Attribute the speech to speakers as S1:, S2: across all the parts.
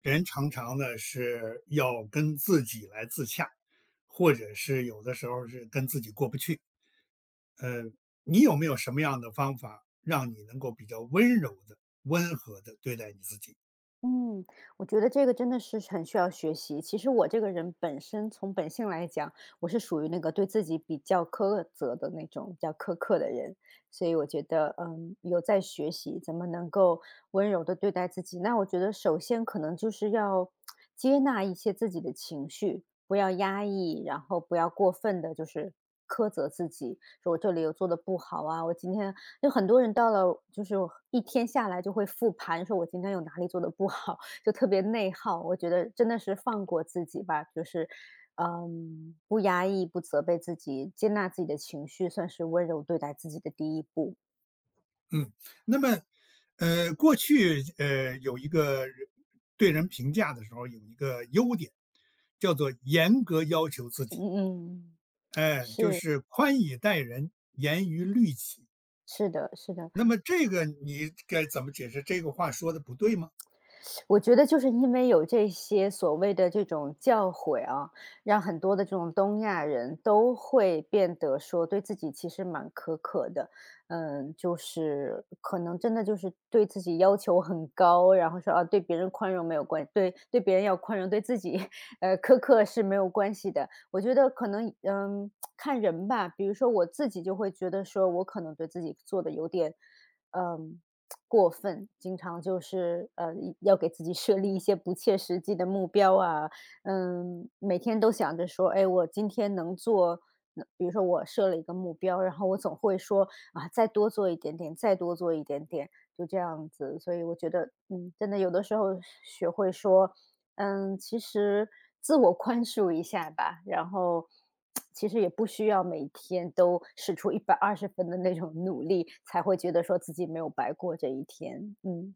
S1: 人常常呢是要跟自己来自洽，或者是有的时候是跟自己过不去。呃，你有没有什么样的方法，让你能够比较温柔的、温和的对待你自己？
S2: 嗯，我觉得这个真的是很需要学习。其实我这个人本身从本性来讲，我是属于那个对自己比较苛责的那种、比较苛刻的人，所以我觉得，有在学习怎么能够温柔的对待自己。那我觉得，首先可能就是要接纳一些自己的情绪，不要压抑，然后不要过分的，就是苛责自己，说我这里有做的不好啊，我今天就很多人到了就是一天下来就会复盘，说我今天有哪里做的不好，就特别内耗。我觉得真的是放过自己吧，就是，不压抑，不责备自己，接纳自己的情绪，算是温柔对待自己的第一步。
S1: 嗯，那么，过去有一个人对人评价的时候有一个优点，叫做严格要求自己，
S2: 嗯嗯，
S1: 哎，就
S2: 是，
S1: 是宽以待人，严于律己。
S2: 是的，是的。
S1: 那么这个你该怎么解释？这个话说的不对吗？
S2: 我觉得就是因为有这些所谓的这种教诲啊，让很多的这种东亚人都会变得说对自己其实蛮苛刻的，就是可能真的就是对自己要求很高，然后说啊对别人宽容没有关，对别人要宽容，对自己苛刻是没有关系的。我觉得可能看人吧，比如说我自己就会觉得说我可能对自己做的有点嗯过分，经常就是，要给自己设立一些不切实际的目标啊，每天都想着说，哎，我今天能做那比如说我设了一个目标，然后我总会说，啊，再多做一点点，再多做一点点，就这样子，所以我觉得，真的有的时候学会说，其实自我宽恕一下吧，然后其实也不需要每天都使出120分的那种努力，才会觉得说自己没有白过这一天。嗯，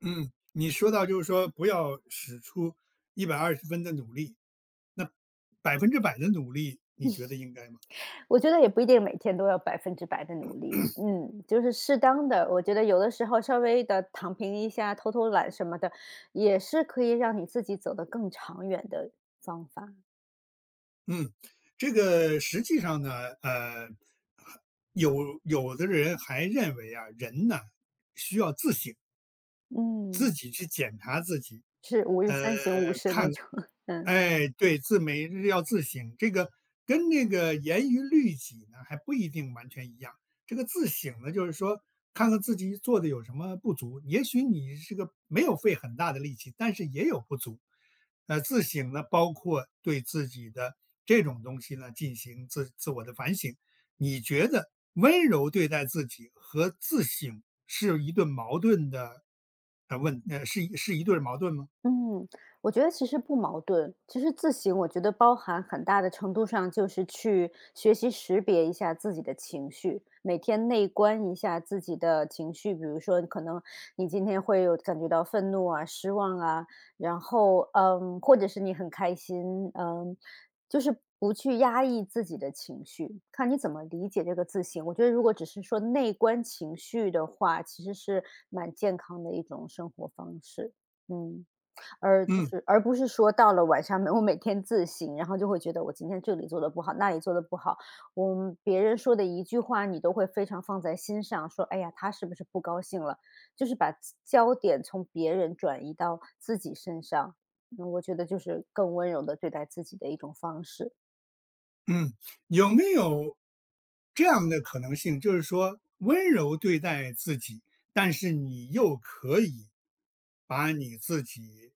S1: 嗯，你说到就是说不要使出120分的努力，那100%的努力，你觉得应该吗？
S2: 我觉得也不一定每天都要100%的努力，就是适当的，我觉得有的时候稍微的躺平一下、偷偷懒什么的，也是可以让你自己走得更长远的方法，
S1: 嗯，这个实际上呢，呃，有有的人还认为啊，人呢需要自省，
S2: 嗯。
S1: 自己去检查自己，
S2: 是五日三省吾身那
S1: 看
S2: 种，嗯。
S1: 哎，对，自美日要自省，这个跟那个严于律己呢，还不一定完全一样。这个自省呢，就是说看看自己做的有什么不足，也许你是个没有费很大的力气，但是也有不足。自省呢，包括对自己的这种东西呢进行自我的反省。你觉得温柔对待自己和自省是一对矛盾的呃问呃是一是一对矛盾吗？
S2: 嗯，我觉得其实不矛盾。其实自省，我觉得包含很大的程度上就是去学习识别一下自己的情绪，每天内观一下自己的情绪。比如说，可能你今天会有感觉到愤怒啊、失望啊，然后或者是你很开心，就是不去压抑自己的情绪，看你怎么理解这个自省。我觉得，如果只是说内观情绪的话，其实是蛮健康的一种生活方式。嗯。
S1: 嗯。
S2: 而不是说到了晚上，我每天自省，然后就会觉得我今天这里做的不好，那里做的不好，我们别人说的一句话，你都会非常放在心上，说："哎呀，他是不是不高兴了？"就是把自焦点从别人转移到自己身上，我觉得就是更温柔的对待自己的一种方式，
S1: 嗯，有没有这样的可能性，就是说温柔对待自己，但是你又可以把你自己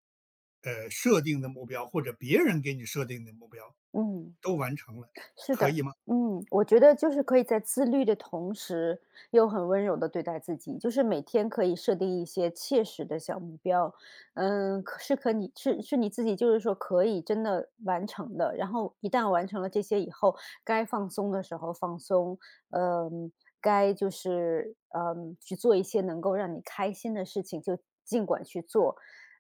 S1: 设定的目标，或者别人给你设定的目标
S2: 嗯。
S1: 都完成了，
S2: 是
S1: 可
S2: 的，
S1: 以吗？
S2: 我觉得就是可以在自律的同时，又很温柔的对待自己，就是每天可以设定一些切实的小目标，可是你自己就是说可以真的完成的，然后一旦完成了这些以后，该放松的时候放松，嗯，该就是去做一些能够让你开心的事情，就尽管去做。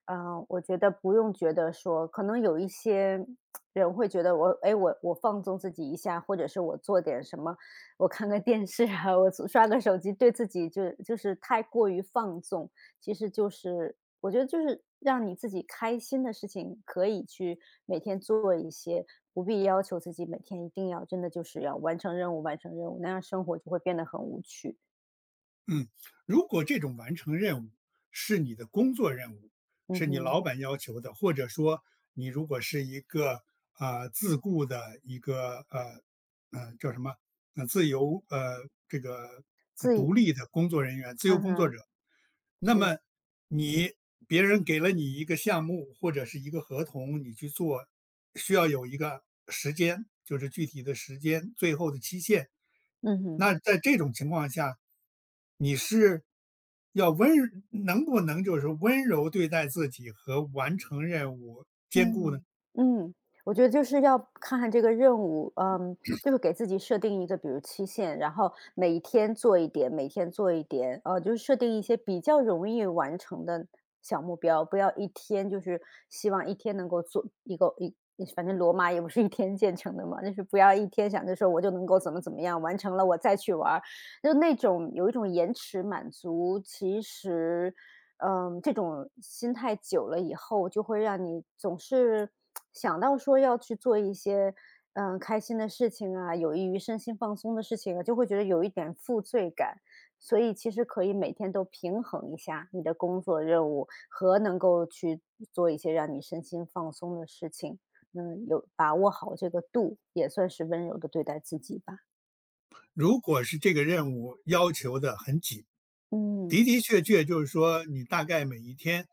S2: 我觉得不用觉得说，可能有一些人会觉得我，哎，我放纵自己一下，或者是我做点什么，我看个电视啊，我刷个手机，对自己就是太过于放纵。其实就是我觉得就是让你自己开心的事情，可以去每天做一些，不必要求自己每天一定要真的就是要完成任务，完成任务，那样生活就会变得很无趣。
S1: 嗯，如果这种完成任务是你的工作任务，
S2: 嗯
S1: 是你
S2: 哼，
S1: 老板要求的，或者说你如果是一个自雇的一个呃呃叫什么呃自由呃这个呃
S2: 自
S1: 独
S2: 己，
S1: 立的工作人员、自由
S2: 嗯
S1: 工作
S2: 哼，
S1: 者，那
S2: 是，
S1: 么你别人给了你一个项目或者是一个合同，你去做，需要有一个时间，就是具体的时间，最后的期限。
S2: 嗯哼。
S1: 那在这种情况下，你是要温能不能就是温柔对待自己和完成任务兼顾呢？
S2: 嗯嗯，我觉得就是要看看这个任务，就是给自己设定一个，比如期限，然后每一天做一点，每天做一点，就是设定一些比较容易完成的小目标，不要一天就是希望一天能够做一个一，反正罗马也不是一天建成的嘛，就是不要一天想着说我就能够怎么怎么样完成了，我再去玩儿，就那种有一种延迟满足，其实。这种心态久了以后，就会让你总是想到说要去做一些，开心的事情啊，有益于身心放松的事情啊，就会觉得有一点负罪感。所以其实可以每天都平衡一下你的工作任务和能够去做一些让你身心放松的事情。有把握好这个度，也算是温柔的对待自己吧。
S1: 如果是这个任务要求的很紧，的
S2: 嗯，
S1: 的确确就是说，你大概每一天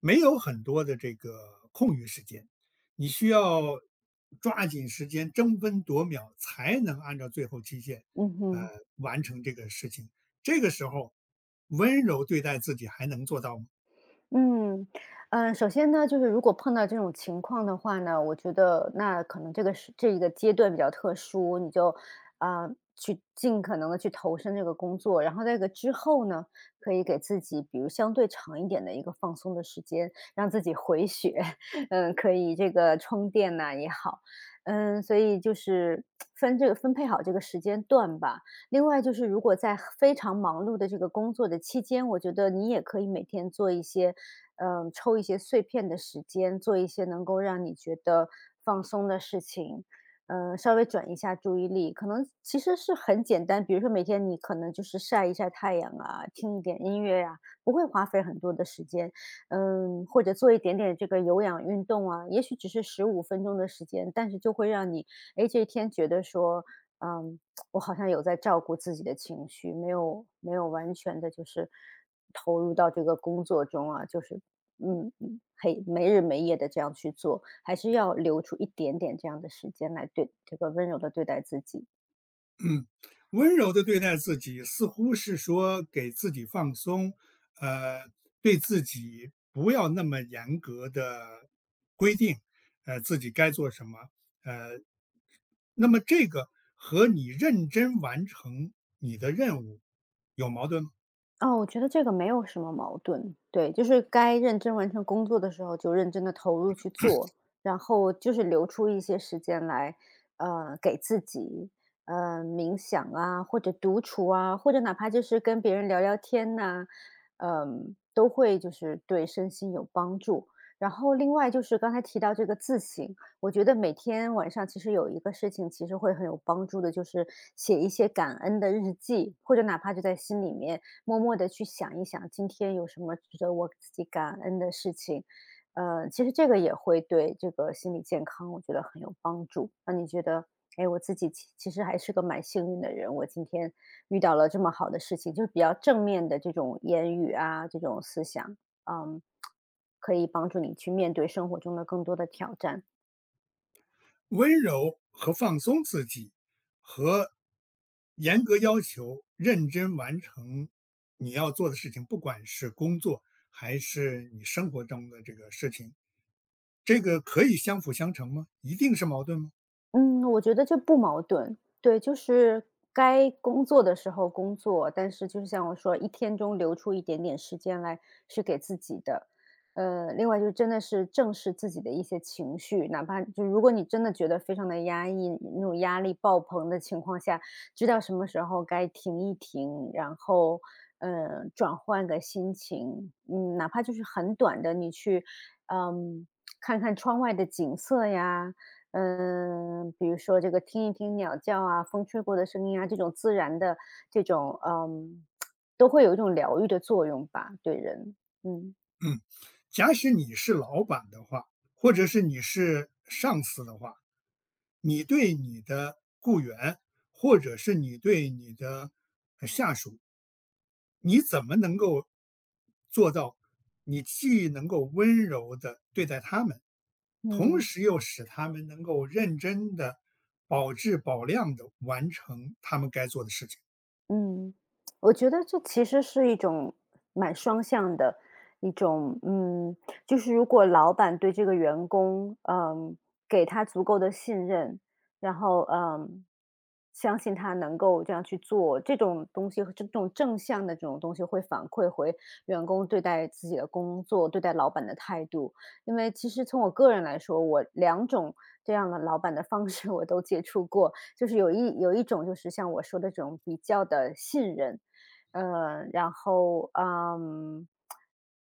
S1: 没有很多的这个空余时间，你需要抓紧时间，争分夺秒，才能按照最后期限，
S2: 嗯
S1: 呃，
S2: 哼。
S1: 完成这个事情。这个时候，温柔对待自己还能做到吗？
S2: 嗯，首先呢，就是如果碰到这种情况的话呢，我觉得那可能这个是这一个阶段比较特殊，你就啊、呃去尽可能的去投身这个工作，然后在这个之后呢，可以给自己比如相对长一点的一个放松的时间，让自己回血，可以这个充电呐、也好，所以就是 分配好这个时间段吧，另外就是如果在非常忙碌的这个工作的期间，我觉得你也可以每天做一些，抽一些碎片的时间，做一些能够让你觉得放松的事情，稍微转移一下注意力，可能其实是很简单，比如说每天你可能就是晒一晒太阳啊，听一点音乐呀、不会花费很多的时间，或者做一点点这个有氧运动啊，也许只是15分钟的时间，但是就会让你，哎，这一天觉得说。嗯，我好像有在照顾自己的情绪，没有完全的，就是投入到这个工作中啊，就是嘿，没日没夜的这样去做，还是要留出一点点这样的时间来对这个温柔的对待自己。
S1: 温柔的对待自己，似乎是说给自己放松，呃，对自己不要那么严格的规定，自己该做什么，呃，那么这个和你认真完成你的任务有矛盾吗？
S2: 哦，我觉得这个没有什么矛盾，对，就是该认真完成工作的时候就认真的投入去做，然后就是留出一些时间来，给自己，冥想啊，或者独处啊，或者哪怕就是跟别人聊聊天呐，都会就是对身心有帮助。然后另外就是刚才提到这个自省，我觉得每天晚上其实有一个事情其实会很有帮助的，就是写一些感恩的日记，或者哪怕就在心里面。默默的去想一想，今天有什么值得我自己感恩的事情。其实这个也会对这个心理健康，我觉得很有帮助，让你觉得，哎，我自己其实还是个蛮幸运的人，我今天遇到了这么好的事情，就是比较正面的这种言语啊，这种思想，嗯，可以帮助你去面对生活中的更多的挑战。
S1: 温柔和放松自己，和严格要求认真完成你要做的事情，不管是工作还是你生活中的这个事情，这个可以相辅相成吗？一定是矛盾吗？
S2: 嗯，我觉得这不矛盾。对，就是该工作的时候工作，但是就是像我说，一天中留出一点点时间来是给自己的。另外就是真的是正视自己的一些情绪，哪怕就如果你真的觉得非常的压抑，那种压力爆棚的情况下，知道什么时候该停一停，然后转换个心情，嗯，哪怕就是很短的，你去嗯看看窗外的景色呀，嗯，比如说这个听一听鸟叫啊，风吹过的声音啊，这种自然的这种，嗯，都会有一种疗愈的作用吧，对人，嗯。
S1: 嗯，假使你是老板的话，或者是你是上司的话，你对你的雇员，或者是你对你的下属，你怎么能够做到，你既能够温柔的对待他们，同
S2: 嗯。
S1: 时又使他们能够认真的、保质保量的完成他们该做的事情？
S2: 嗯，我觉得这其实是一种蛮双向的一种，嗯，就是如果老板对这个员工，嗯，给他足够的信任，然后嗯，相信他能够这样去做，这种东西和这种正向的这种东西会反馈回员工对待自己的工作、对待老板的态度。因为其实从我个人来说，我两种这样的老板的方式我都接触过，就是有一种就是像我说的这种比较的信任，然后，嗯，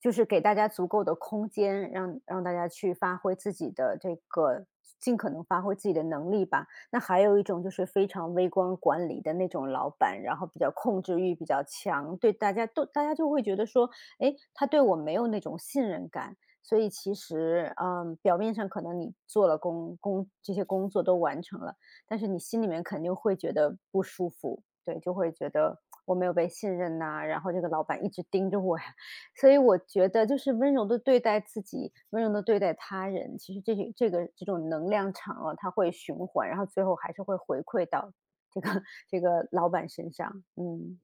S2: 就是给大家足够的空间，让大家去发挥自己的这个尽可能发挥自己的能力吧。那还有一种就是非常微观管理的那种老板，然后比较控制欲比较强，对大家就会觉得说，哎，他对我没有那种信任感。所以其实，嗯，表面上可能你做了这些工作都完成了，但是你心里面肯定会觉得不舒服，对，就会觉得我没有被信任呐、然后这个老板一直盯着我呀，所以我觉得就是温柔的对待自己，温柔的对待他人，其实这些这个这种能量场啊，它会循环，然后最后还是会回馈到这个 这个老板身上，嗯。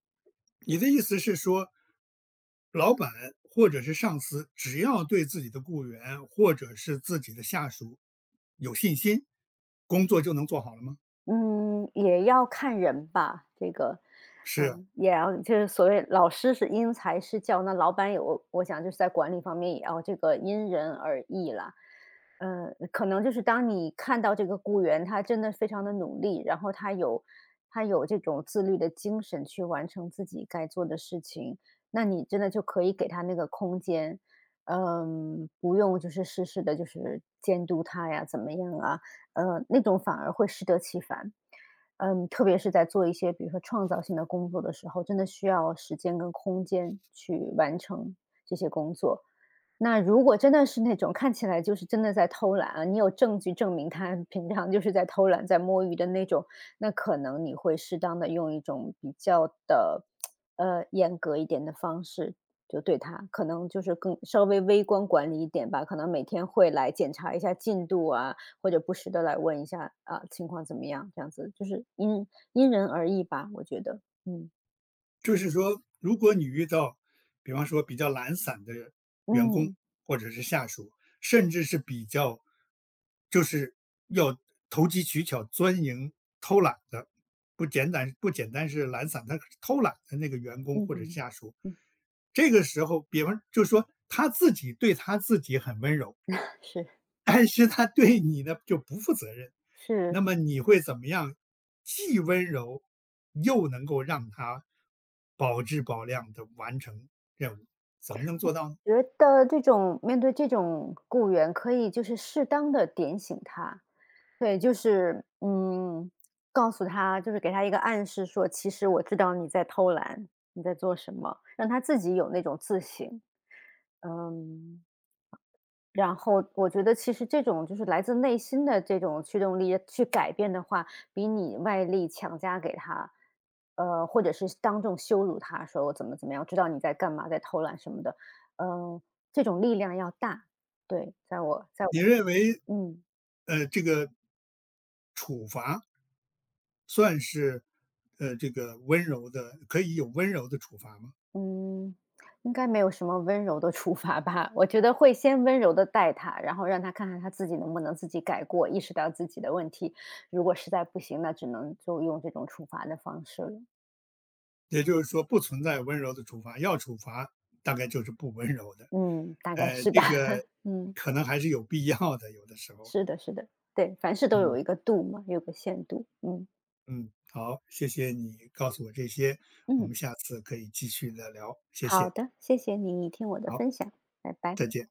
S1: 你的意思是说，老板或者是上司，只要对自己的雇员或者是自己的下属有信心，工作就能做好了吗？
S2: 嗯，也要看人吧，这个，
S1: 是
S2: 嗯，也要就是所谓老师是因材施教，那老板有我想就是在管理方面也要这个因人而异啦。呃，可能就是当你看到这个雇员他真的非常的努力，然后他有这种自律的精神去完成自己该做的事情，那你真的就可以给他那个空间，嗯，不用就是事事的就是监督他呀，怎么样啊？那种反而会适得其反。嗯，特别是在做一些比如说创造性的工作的时候，真的需要时间跟空间去完成这些工作。那如果真的是那种看起来就是真的在偷懒啊，你有证据证明他平常就是在偷懒、在摸鱼的那种，那可能你会适当的用一种比较的，严格一点的方式，就对他可能就是更稍微微观管理一点吧，可能每天会来检查一下进度啊，或者不时的来问一下，啊，情况怎么样？这样子就是因人而异吧，我觉得，嗯，
S1: 就是说，如果你遇到，比方说比较懒散的员工
S2: 嗯，
S1: 或者是下属，甚至是比较就是要投机取巧、钻营、偷懒的，不简单是懒散，他是偷懒的那个员工
S2: 嗯
S1: 或者
S2: 哼
S1: 下属，
S2: 嗯，
S1: 这个时候，比方就是说他自己对他自己很温柔，
S2: 是，
S1: 但是他对你呢就不负责任。那
S2: 是，
S1: 么你会怎么样，既温柔又能够让他保质保量的完成任务，怎么能做到呢？
S2: 觉得这种面对这种雇员可以就是适当的点醒他，对，就是，嗯，告诉他就是给他一个暗示说，其实我知道你在偷懒，你在做什么，让他自己有那种自省，嗯。然后我觉得其实这种就是来自内心的这种驱动力去改变的话，比你外力强加给他，或者是当众羞辱他，说我怎么怎么样，知道你在干嘛，在偷懒什么的，嗯、这种力量要大。对，在我，
S1: 你认为，
S2: 嗯
S1: 这个处罚算是，这个温柔的可以有温柔的处罚吗？
S2: 嗯，应该没有什么温柔的处罚吧？我觉得会先温柔的带他，然后让他看看他自己能不能自己改过，意识到自己的问题。如果实在不行，那只能就用这种处罚的方式了。
S1: 也就是说不存在温柔的处罚，要处罚大概就是不温柔的，
S2: 嗯，大概是吧。
S1: 这个
S2: 嗯，
S1: 可能还是有必要的，有的时候，
S2: 是的，是的，对，凡事都
S1: 嗯。
S2: 有一个度嘛，有个限度。嗯，
S1: 嗯，好，谢谢你告诉我这些，我
S2: 嗯，
S1: 们下次可以继续的聊，谢
S2: 好
S1: 谢，
S2: 的，谢谢你听我的
S1: 好，
S2: 分享，拜拜。
S1: 再见。